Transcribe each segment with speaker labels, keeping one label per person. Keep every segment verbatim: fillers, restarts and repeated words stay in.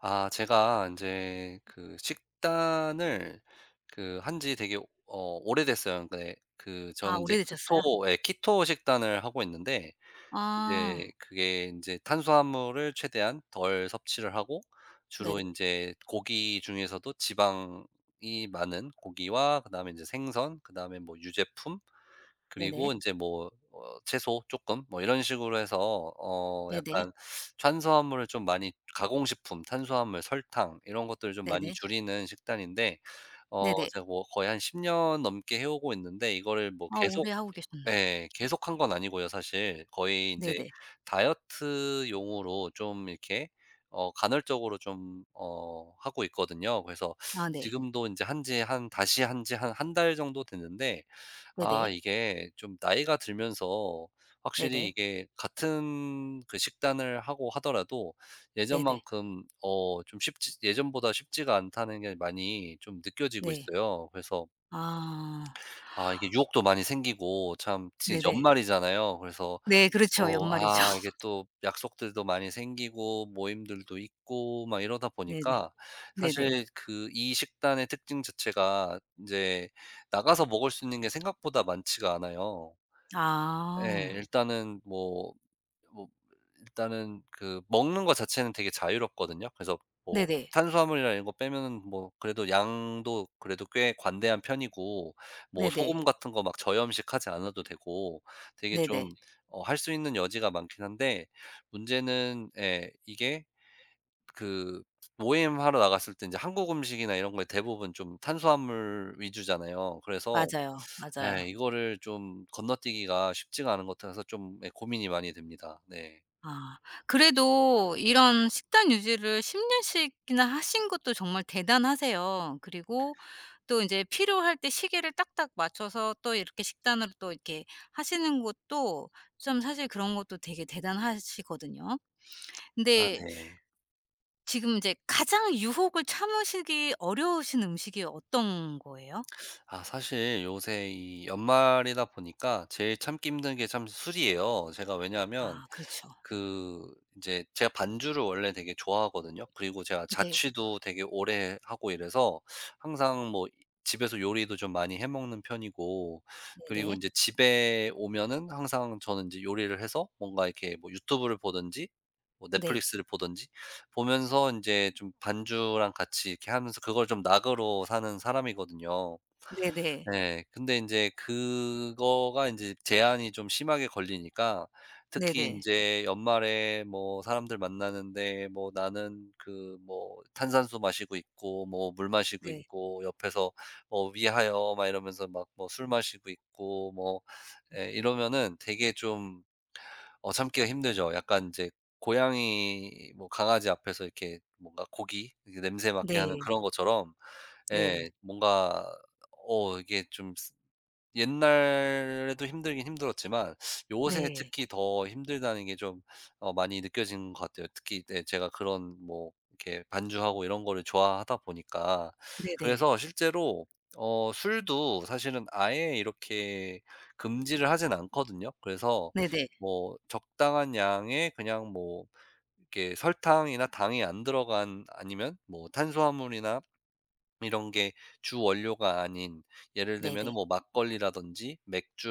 Speaker 1: 아 제가 이제 그 식단을 그 한지 되게 어 오래됐어요. 근데 그
Speaker 2: 아,
Speaker 1: 저는 이제
Speaker 2: 오래되셨어요?
Speaker 1: 키토 예 키토 식단을 하고 있는데
Speaker 2: 아,
Speaker 1: 이제 그게 이제 탄수화물을 최대한 덜 섭취를 하고,
Speaker 2: 네네.
Speaker 1: 주로 이제 고기 중에서도 지방이 많은 고기와 그다음에 이제 생선, 그다음에 뭐 유제품,
Speaker 2: 네네.
Speaker 1: 그리고 이제 뭐 어 채소 조금 뭐 이런 식으로 해서 어
Speaker 2: 네네.
Speaker 1: 약간 탄수화물을 좀 많이, 가공식품, 탄수화물, 설탕 이런 것들을 좀 많이
Speaker 2: 네네.
Speaker 1: 줄이는 식단인데, 어
Speaker 2: 네네.
Speaker 1: 제가 뭐 거의 한 십 년 넘게 해 오고 있는데, 이거를 뭐
Speaker 2: 아, 오래
Speaker 1: 계속
Speaker 2: 하고 계셨네.
Speaker 1: 예 계속 한 건 아니고요 사실. 거의 이제
Speaker 2: 네네.
Speaker 1: 다이어트용으로 좀 이렇게 어 간헐적으로 좀 어 하고 있거든요. 그래서
Speaker 2: 아, 네.
Speaker 1: 지금도 이제 한지 한 다시 한지 한 한 달 정도 됐는데, 아
Speaker 2: 네네.
Speaker 1: 이게 좀 나이가 들면서 확실히
Speaker 2: 네네.
Speaker 1: 이게 같은 그 식단을 하고 하더라도
Speaker 2: 네네.
Speaker 1: 예전만큼 어 좀 쉽지 예전보다 쉽지가 않다는 게 많이 좀 느껴지고
Speaker 2: 네.
Speaker 1: 있어요. 그래서
Speaker 2: 아,
Speaker 1: 아 이게 유혹도 많이 생기고, 참 지금
Speaker 2: 네네.
Speaker 1: 연말이잖아요. 그래서
Speaker 2: 네, 그렇죠.
Speaker 1: 어
Speaker 2: 연말이죠.
Speaker 1: 아 이게 또 약속들도 많이 생기고 모임들도 있고 막 이러다
Speaker 2: 네네.
Speaker 1: 보니까,
Speaker 2: 네네.
Speaker 1: 사실 그 이 식단의 특징 자체가 이제 나가서 먹을 수 있는 게 생각보다 많지가 않아요. 예.
Speaker 2: 아.
Speaker 1: 일단은 뭐 뭐 일단은 그 먹는 것 자체는 되게 자유롭거든요. 그래서 뭐
Speaker 2: 네네.
Speaker 1: 탄수화물이나 이런 거 빼면은 뭐 그래도 양도 그래도 꽤 관대한 편이고, 뭐
Speaker 2: 네네.
Speaker 1: 소금 같은 거 막 저염식하지 않아도 되고 되게
Speaker 2: 네네.
Speaker 1: 좀 어 할 수 있는 여지가 많긴 한데, 문제는 예 이게 그 모임하러 나갔을 때 이제 한국 음식이나 이런 거에 대부분 좀 탄수화물 위주잖아요. 그래서
Speaker 2: 맞아요, 맞아요.
Speaker 1: 네, 이거를 좀 건너뛰기가 쉽지가 않은 것 같아서 좀 예 고민이 많이 됩니다. 네.
Speaker 2: 아. 그래도 이런 식단 유지를 십 년씩이나 하신 것도 정말 대단하세요. 그리고 또 이제 필요할 때 시계를 딱딱 맞춰서 또 이렇게 식단으로 또 이렇게 하시는 것도 좀 사실 그런 것도 되게 대단하시거든요.
Speaker 1: 아
Speaker 2: 근데
Speaker 1: 네.
Speaker 2: 지금 이제 가장 유혹을 참으시기 어려우신 음식이 어떤 거예요?
Speaker 1: 아 사실 요새 이 연말이다 보니까 제일 참기 힘든 게 참 술이에요. 제가 왜냐하면
Speaker 2: 아, 그렇죠.
Speaker 1: 그 이제 제가 반주를 원래 되게 좋아하거든요. 그리고 제가
Speaker 2: 네.
Speaker 1: 자취도 되게 오래 하고 이래서 항상 뭐 집에서 요리도 좀 많이 해 먹는 편이고, 그리고
Speaker 2: 네네.
Speaker 1: 이제 집에 오면은 항상 저는 이제 요리를 해서 뭔가 이렇게 뭐 유튜브를 보든지 뭐
Speaker 2: 네.
Speaker 1: 넷플릭스를 보든지 보면서 이제 좀 반주랑 같이 이렇게 하면서 그걸 좀 낙으로 사는 사람이거든요.
Speaker 2: 네네.
Speaker 1: 네. 근데 인제 그거가 인제 제한이 좀 심하게 걸리니까, 특히
Speaker 2: 네네.
Speaker 1: 인제 연말에 뭐 사람들 만나는데 뭐 나는 그 뭐 탄산수 마시고 있고 뭐 물 마시고
Speaker 2: 네.
Speaker 1: 있고 옆에서 뭐 "위하여." 막 이러면서 막 뭐 술 마시고 있고 뭐 예 이러면은 되게 좀 어 참기가 힘들죠. 약간 인제 고양이 뭐 강아지 앞에서 이렇게 뭔가 고기 이렇게 냄새 맡게 하는
Speaker 2: 네.
Speaker 1: 그런 것처럼 예
Speaker 2: 네.
Speaker 1: 뭔가 어 이게 좀스 옛날에도 힘들긴 힘들었지만 요새
Speaker 2: 네.
Speaker 1: 특히 더 힘들다는 게 좀 어 많이 느껴진 것 같아요. 특히 네 제가 그런 뭐 이렇게 반주하고 이런 거를 좋아하다 보니까.
Speaker 2: 네네.
Speaker 1: 그래서 실제로 어 술도 사실은 아예 이렇게 금지를 하진 않거든요. 그래서
Speaker 2: 네네.
Speaker 1: 뭐 적당한 양의 그냥 뭐 이렇게 설탕이나 당이 안 들어간, 아니면 뭐 탄수화물이나 이런 게 주 원료가 아닌, 예를
Speaker 2: 네네.
Speaker 1: 들면은 뭐 막걸리라든지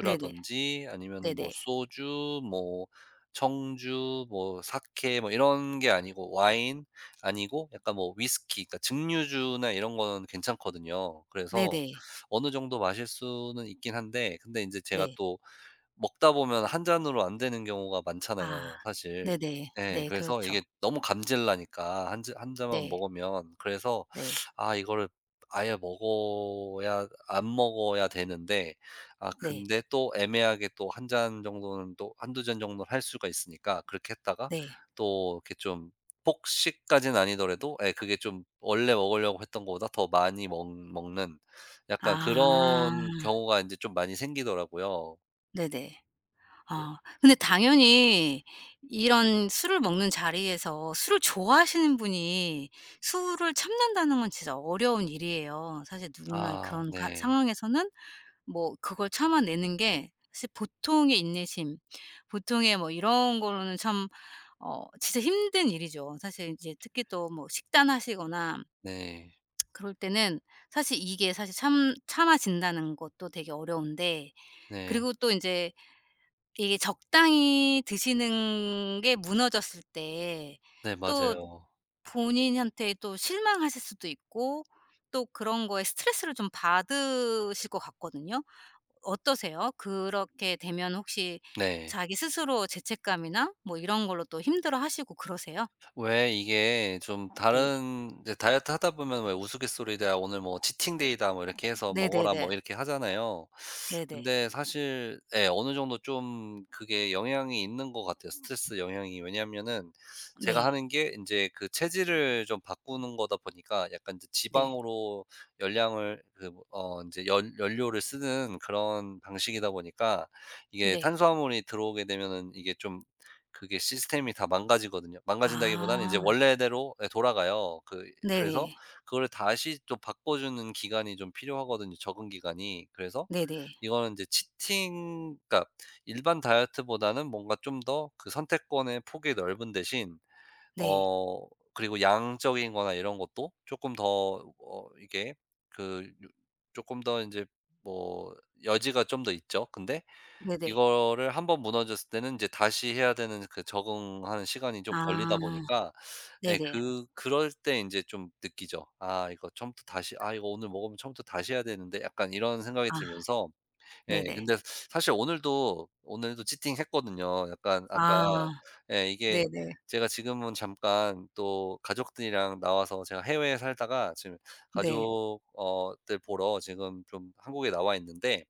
Speaker 2: 네네.
Speaker 1: 아니면은 뭐
Speaker 2: 네네.
Speaker 1: 소주, 뭐 청주, 뭐 사케 뭐 이런 게 아니고, 와인 아니고 약간 뭐 위스키, 그러니까 증류주나 이런 거는 괜찮거든요. 그래서
Speaker 2: 네네.
Speaker 1: 어느 정도 마실 수는 있긴 한데, 근데 인제 제가
Speaker 2: 네.
Speaker 1: 또 먹다 보면 한 잔으로 안 되는 경우가
Speaker 2: 아.
Speaker 1: 많잖아요 사실.
Speaker 2: 네네.
Speaker 1: 예.
Speaker 2: 네,
Speaker 1: 그래서
Speaker 2: 그렇죠.
Speaker 1: 이게 너무 감질 나니까 한 잔 한 잔만
Speaker 2: 네.
Speaker 1: 먹으면. 그래서
Speaker 2: 네.
Speaker 1: 아 이거를 아예 먹어야 안 먹어야 되는데, 아
Speaker 2: 네.
Speaker 1: 근데 또 애매하게 또 한 잔 정도는 또 한두 잔 정도는 할 수가 있으니까 그렇게 했다가
Speaker 2: 네.
Speaker 1: 또 이렇게 좀 폭식까지는 아니더라도 예 그게 좀 원래 먹으려고 했던 거보다 더 많이 먹 먹는 약간
Speaker 2: 아.
Speaker 1: 그런 경우가 이제 좀 많이 생기더라고요. 그
Speaker 2: 네네. 아, 근데 당연히 이런 술을 먹는 자리에서 술을 좋아하시는 분이 술을 참는다는 건 진짜 어려운 일이에요. 사실 누구나
Speaker 1: 아
Speaker 2: 그런 가
Speaker 1: 네.
Speaker 2: 상황에서는 뭐 그걸 참아내는 게 사실 보통의 인내심 보통의 뭐 이런 거로는 참 어 진짜 힘든 일이죠. 사실 인제 특히 또 뭐 식단하시거나
Speaker 1: 네.
Speaker 2: 그럴 때는 사실 이게 사실 참 참아진다는 것도 되게 어려운데
Speaker 1: 네.
Speaker 2: 그리고 또 인제 이게 적당히 드시는 게 무너졌을 때
Speaker 1: 네
Speaker 2: 또
Speaker 1: 맞아요.
Speaker 2: 본인한테 또 실망하실 수도 있고 또 그런 거에 스트레스를 좀 받으실 것 같거든요. 어떠세요? 그렇게 되면 혹시
Speaker 1: 네.
Speaker 2: 자기 스스로 죄책감이나 뭐 이런 걸로 또 힘들어하시고 그러세요?
Speaker 1: 왜 이게 좀
Speaker 2: 네.
Speaker 1: 다른 이제 다이어트 하다 보면 왜 우스갯소리다 "오늘 뭐 치팅 데이다." 뭐 이렇게 해서 "먹어라."
Speaker 2: 네네네.
Speaker 1: 뭐 이렇게 하잖아요.
Speaker 2: 네네.
Speaker 1: 근데 사실 예 어느 정도 좀 그게 영향이 있는 것 같아요, 스트레스 영향이. 왜냐하면은 제가
Speaker 2: 네.
Speaker 1: 하는 게 인제 그 체질을 좀 바꾸는 거다 보니까 약간 이제
Speaker 2: 네.
Speaker 1: 지방으로 열량을 그 뭐 어 인제 연 연료를 쓰는 그런 방식이다 보니까 이게
Speaker 2: 네.
Speaker 1: 탄수화물이 들어오게 되면은 이게 좀 그게 시스템이 다 망가지거든요. 망가진다기보다는 이제
Speaker 2: 아.
Speaker 1: 원래대로 예 돌아가요. 그 그래서
Speaker 2: 네네.
Speaker 1: 그거를 다시 또 바꿔주는 기간이 좀 필요하거든요, 적응 기간이. 그래서
Speaker 2: 네네.
Speaker 1: 이거는 이제 치팅 그러니까 일반 다이어트보다는 뭔가 좀 더 그 선택권의 폭이 넓은 대신
Speaker 2: 네.
Speaker 1: 어 그리고 양적인 거나 이런 것도 쪼끔 더 어 이게 그 요 쪼끔 더 인제 뭐 여지가 좀 더 있죠. 근데
Speaker 2: 네네.
Speaker 1: 이거를 한번 무너졌을 때는 이제 다시 해야 되는 그 적응하는 시간이 좀 걸리다
Speaker 2: 아.
Speaker 1: 보니까 예
Speaker 2: 네네.
Speaker 1: 그 그럴 때 인제 좀 느끼죠. '아 이거 처음부터 다시 아 이거 오늘 먹으면 처음부터 다시 해야 되는데.' 약간 이런 생각이
Speaker 2: 아,
Speaker 1: 들면서 예,
Speaker 2: 네네.
Speaker 1: 근데 사실 오늘도, 오늘도 치팅했거든요. 약간 아까
Speaker 2: 아,
Speaker 1: 예 이게
Speaker 2: 네네.
Speaker 1: 제가 지금은 잠깐 또 가족들이랑 나와서, 제가 해외에 살다가 지금
Speaker 2: 네.
Speaker 1: 가족 어들 보러 지금 좀 한국에 나와 있는데,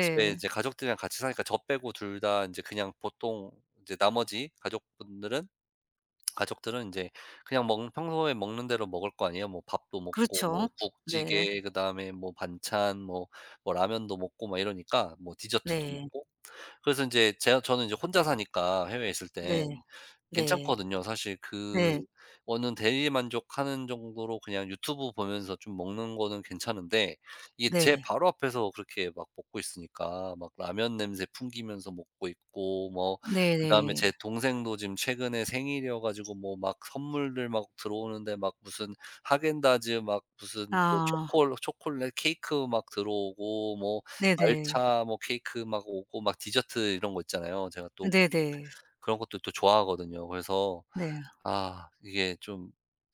Speaker 1: 집에 이제 가족들이랑 같이 사니까 저 빼고 둘 다 인제 그냥 보통 이제 나머지 가족분들은 가족들은 인제 그냥 먹 평소에 먹는 대로 먹을 거 아니에요. 뭐 밥도 먹고 뭐
Speaker 2: 그렇죠. 네.
Speaker 1: 국찌개 그다음에 뭐 반찬 뭐 뭐 라면도 먹고 막 이러니까 뭐 디저트도
Speaker 2: 네.
Speaker 1: 먹고, 그래서 인제 제가 저는 이제 혼자 사니까 해외에 있을
Speaker 2: 네.
Speaker 1: 땐
Speaker 2: 네.
Speaker 1: 괜찮거든요. 사실
Speaker 2: 네.
Speaker 1: 그거는 대리 만족하는 정도로 그냥 유튜브 보면서 좀 먹는 거는 괜찮은데, 이게 제
Speaker 2: 네.
Speaker 1: 바로 앞에서 그렇게 막 먹고 있으니까 막 라면 냄새 풍기면서 먹고 있고 뭐 그다음에
Speaker 2: 네네.
Speaker 1: 제 동생도 지금 최근에 생일이어 가지고 뭐 막 선물들 막 들어오는데 막 무슨 하겐다즈 막 무슨 뭐
Speaker 2: 아,
Speaker 1: 초콜 초콜릿 케이크 막 들어오고 뭐
Speaker 2: 네네.
Speaker 1: 말차 뭐 케이크 막 오고 막 디저트 이런 거 있잖아요. 제가 또
Speaker 2: 네네.
Speaker 1: 그런 것도 또 좋아하거든요. 그래서
Speaker 2: 네.
Speaker 1: 아 이게 좀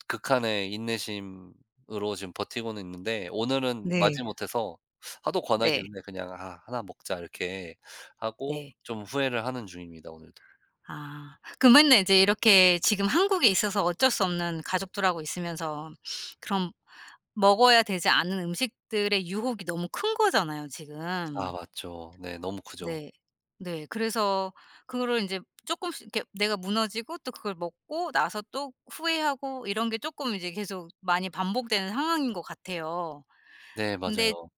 Speaker 1: 극한의 인내심으로 지금 버티고는 있는데, 오늘은
Speaker 2: 네.
Speaker 1: 마지못해서 하도
Speaker 2: 네.
Speaker 1: 권하길래 그냥 '아 나 먹자.' 이렇게 하고
Speaker 2: 네.
Speaker 1: 좀 후회를 하는 중입니다 오늘도.
Speaker 2: 아. 그 맨날 이제 이렇게 지금 한국에 있어서 어쩔 수 없는 가족들하고 있으면서 그런 먹어야 되지 않은 음식들의 유혹이 너무 큰 거잖아요
Speaker 1: 아
Speaker 2: 지금.
Speaker 1: 맞죠. 네 너무 크죠.
Speaker 2: 네. 네. 그래서 그거를 인제 쪼끔씩 이렇게 내가 무너지고 또 그걸 먹고 나서 또 후회하고 이런 게 쪼끔 이제 계속 많이 반복되는 상황인 것 같아요.
Speaker 1: 네
Speaker 2: 근데
Speaker 1: 맞아요.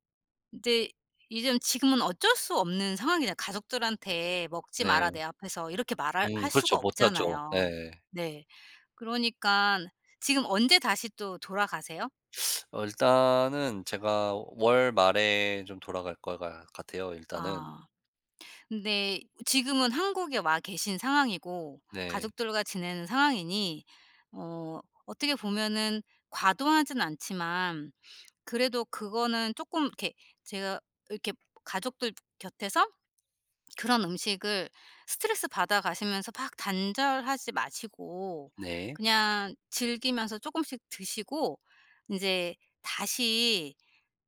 Speaker 2: 근데 요즘 지금은 어쩔 수 없는 상황이잖아요. 가족들한테 "먹지 마라
Speaker 1: 네.
Speaker 2: 내 앞에서." 이렇게 말할
Speaker 1: 음
Speaker 2: 할 수가
Speaker 1: 그렇죠. 못하죠.
Speaker 2: 없잖아요.
Speaker 1: 네.
Speaker 2: 네. 그러니깐 지금 언제 다시 또 돌아가세요?
Speaker 1: 어 일단은 제가 월 말에 좀 돌아갈 것 같 같아요 일단은.
Speaker 2: 아. 근데 지금은 한국에 와 계신 상황이고
Speaker 1: 네.
Speaker 2: 가족들과 지내는 상황이니 어 어떻게 보면은 과도하진 않지만 그래도 그거는 쪼끔 이렇게 제가 이렇게 가족들 곁에서 그런 음식을 스트레스 받아 가시면서 막 단절하지 마시고
Speaker 1: 네.
Speaker 2: 그냥 즐기면서 조금씩 드시고 인제 다시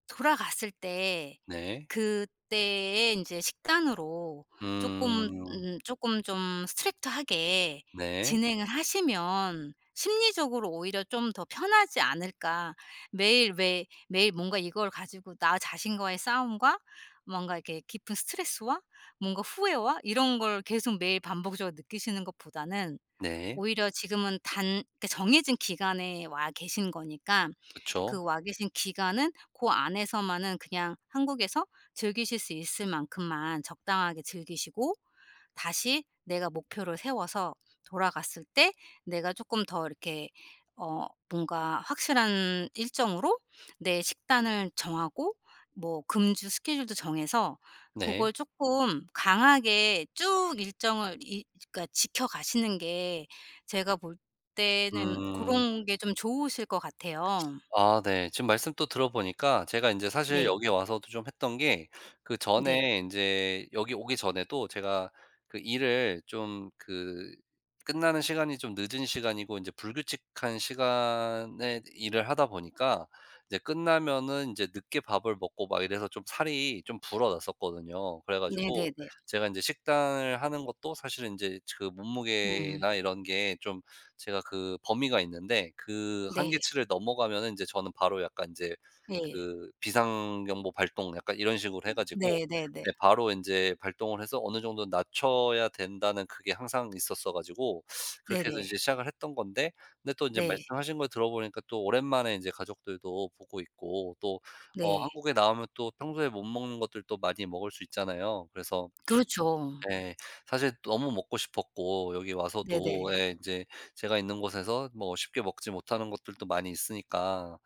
Speaker 2: 돌아갔을 때
Speaker 1: 네.
Speaker 2: 그때의 인제 식단으로 쪼끔
Speaker 1: 음.
Speaker 2: 음 쪼끔 좀 스트릭트하게
Speaker 1: 네.
Speaker 2: 진행을 하시면 심리적으로 오히려 좀 더 편하지 않을까. 매일 왜 매일 뭔가 이걸 가지고 나 자신과의 싸움과 뭔가 이렇게 깊은 스트레스와 뭔가 후회와 이런 걸 계속 매일 반복적으로 느끼시는 것보다는
Speaker 1: 네.
Speaker 2: 오히려 지금은 단 그 정해진 기간에 와 계신 거니까 그
Speaker 1: 그쵸.
Speaker 2: 와 계신 기간은 고 안에서만은 그냥 한국에서 즐기실 수 있을 만큼만 적당하게 즐기시고 다시 내가 목표를 세워서 돌아갔을 때 내가 조금 더 이렇게 어 뭔가 확실한 일정으로 내 식단을 정하고 뭐 금주 스케줄도 정해서 그
Speaker 1: 네.
Speaker 2: 걸 조금 강하게 쭉 일정을 이 그러니까 지켜가시는 게 제가 볼 때는
Speaker 1: 음.
Speaker 2: 고런 게 좀 좋으실 것 같아요.
Speaker 1: 아 네. 지금 말씀 또 들어보니까 제가 인제 사실 네.
Speaker 2: 네.
Speaker 1: 여기 와서도 좀 했던 게
Speaker 2: 네.
Speaker 1: 그전에 인제 여기 오기 전에도 제가 그 일을 좀 그 끝나는 시간이 좀 늦은 시간이고 인제 불규칙한 시간에 일을 하다 보니까 이제 끝나면은 인제 늦게 밥을 먹고 막 이래서 좀 살이 좀 불어났었거든요. 그래 가지고
Speaker 2: 네네네.
Speaker 1: 제가 인제 식단을 하는 것도 사실은 인제 그
Speaker 2: 음.
Speaker 1: 몸무게나 이런 게좀 제가 그 범위가 있는데 그
Speaker 2: 네.
Speaker 1: 한계치를 넘어가면은 제 저는 바로 약간 이제
Speaker 2: 예.
Speaker 1: 그 비상경보 발동 약간 이런 식으로 해 가지고
Speaker 2: 네네네.
Speaker 1: 네 바로 이제 발동을 해서 어느 정도 낮춰야 된다는 그게 항상 있었어 가지고 그렇게 해서
Speaker 2: 네네.
Speaker 1: 이제 시작을 했던 건데, 근데 또 이제
Speaker 2: 네.
Speaker 1: 말씀하신 걸 들어보니까 또 오랜만에 이제 가족들도 보고 있고, 또 어
Speaker 2: 네.
Speaker 1: 한국에 나오면 또 평소에 못 먹는 것들도 많이 먹을 수 있잖아요. 그래서
Speaker 2: 그렇죠.
Speaker 1: 예. 사실 너무 먹고 싶었고, 여기 와서도
Speaker 2: 네네.
Speaker 1: 예 인제 제가 있는 곳에서 뭐 쉽게 먹지 못하는 것들도 많이 있으니까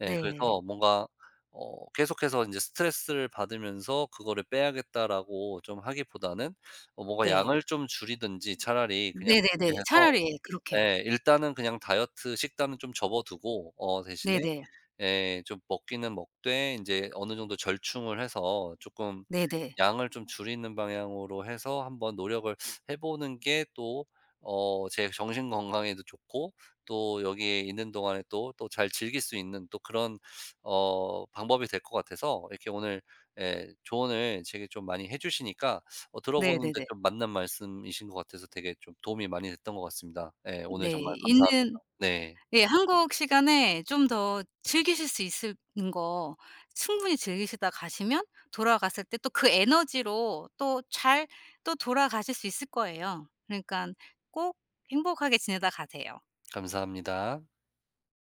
Speaker 1: 예
Speaker 2: 네.
Speaker 1: 그래서 뭔가 어 계속해서 인제 스트레스를 받으면서 '그거를 빼야겠다.'라고 좀 하기보다는 어 뭔가
Speaker 2: 네.
Speaker 1: 양을 좀 줄이든지 차라리 그냥,
Speaker 2: 네네네.
Speaker 1: 그렇게 해서
Speaker 2: 차라리 그렇게요.
Speaker 1: 예 일단은 그냥 다이어트 식단은 좀 접어두고 어 대신에
Speaker 2: 네네.
Speaker 1: 예. 좀 먹기는 먹되 이제 어느 정도 절충을 해서 조금
Speaker 2: 네네.
Speaker 1: 양을 좀 줄이는 방향으로 해서 한번 노력을 해 보는 게 또 어 제 정신 건강에도 좋고 또 여기에 있는 동안에 또, 또 잘 즐길 수 있는 또 그런 어 방법이 될 것 같아서 이렇게 오늘 예 조언을 되게 좀 많이 해 주시니까 어 들어보는데
Speaker 2: 네네네.
Speaker 1: 좀 맞는 말씀이신 것 같아서 되게 좀 도움이 많이 됐던 것 같습니다. 예. 오늘
Speaker 2: 네.
Speaker 1: 정말 감사합니다.
Speaker 2: 있는
Speaker 1: 네.
Speaker 2: 예 한국 시간에 좀 더 즐기실 수 있는 거 충분히 즐기시다 가시면 돌아갔을 때 또 그 에너지로 또 잘 또 돌아가실 수 있을 거예요. 그러니깐 꼭 행복하게 지내다 가세요.
Speaker 1: 감사합니다.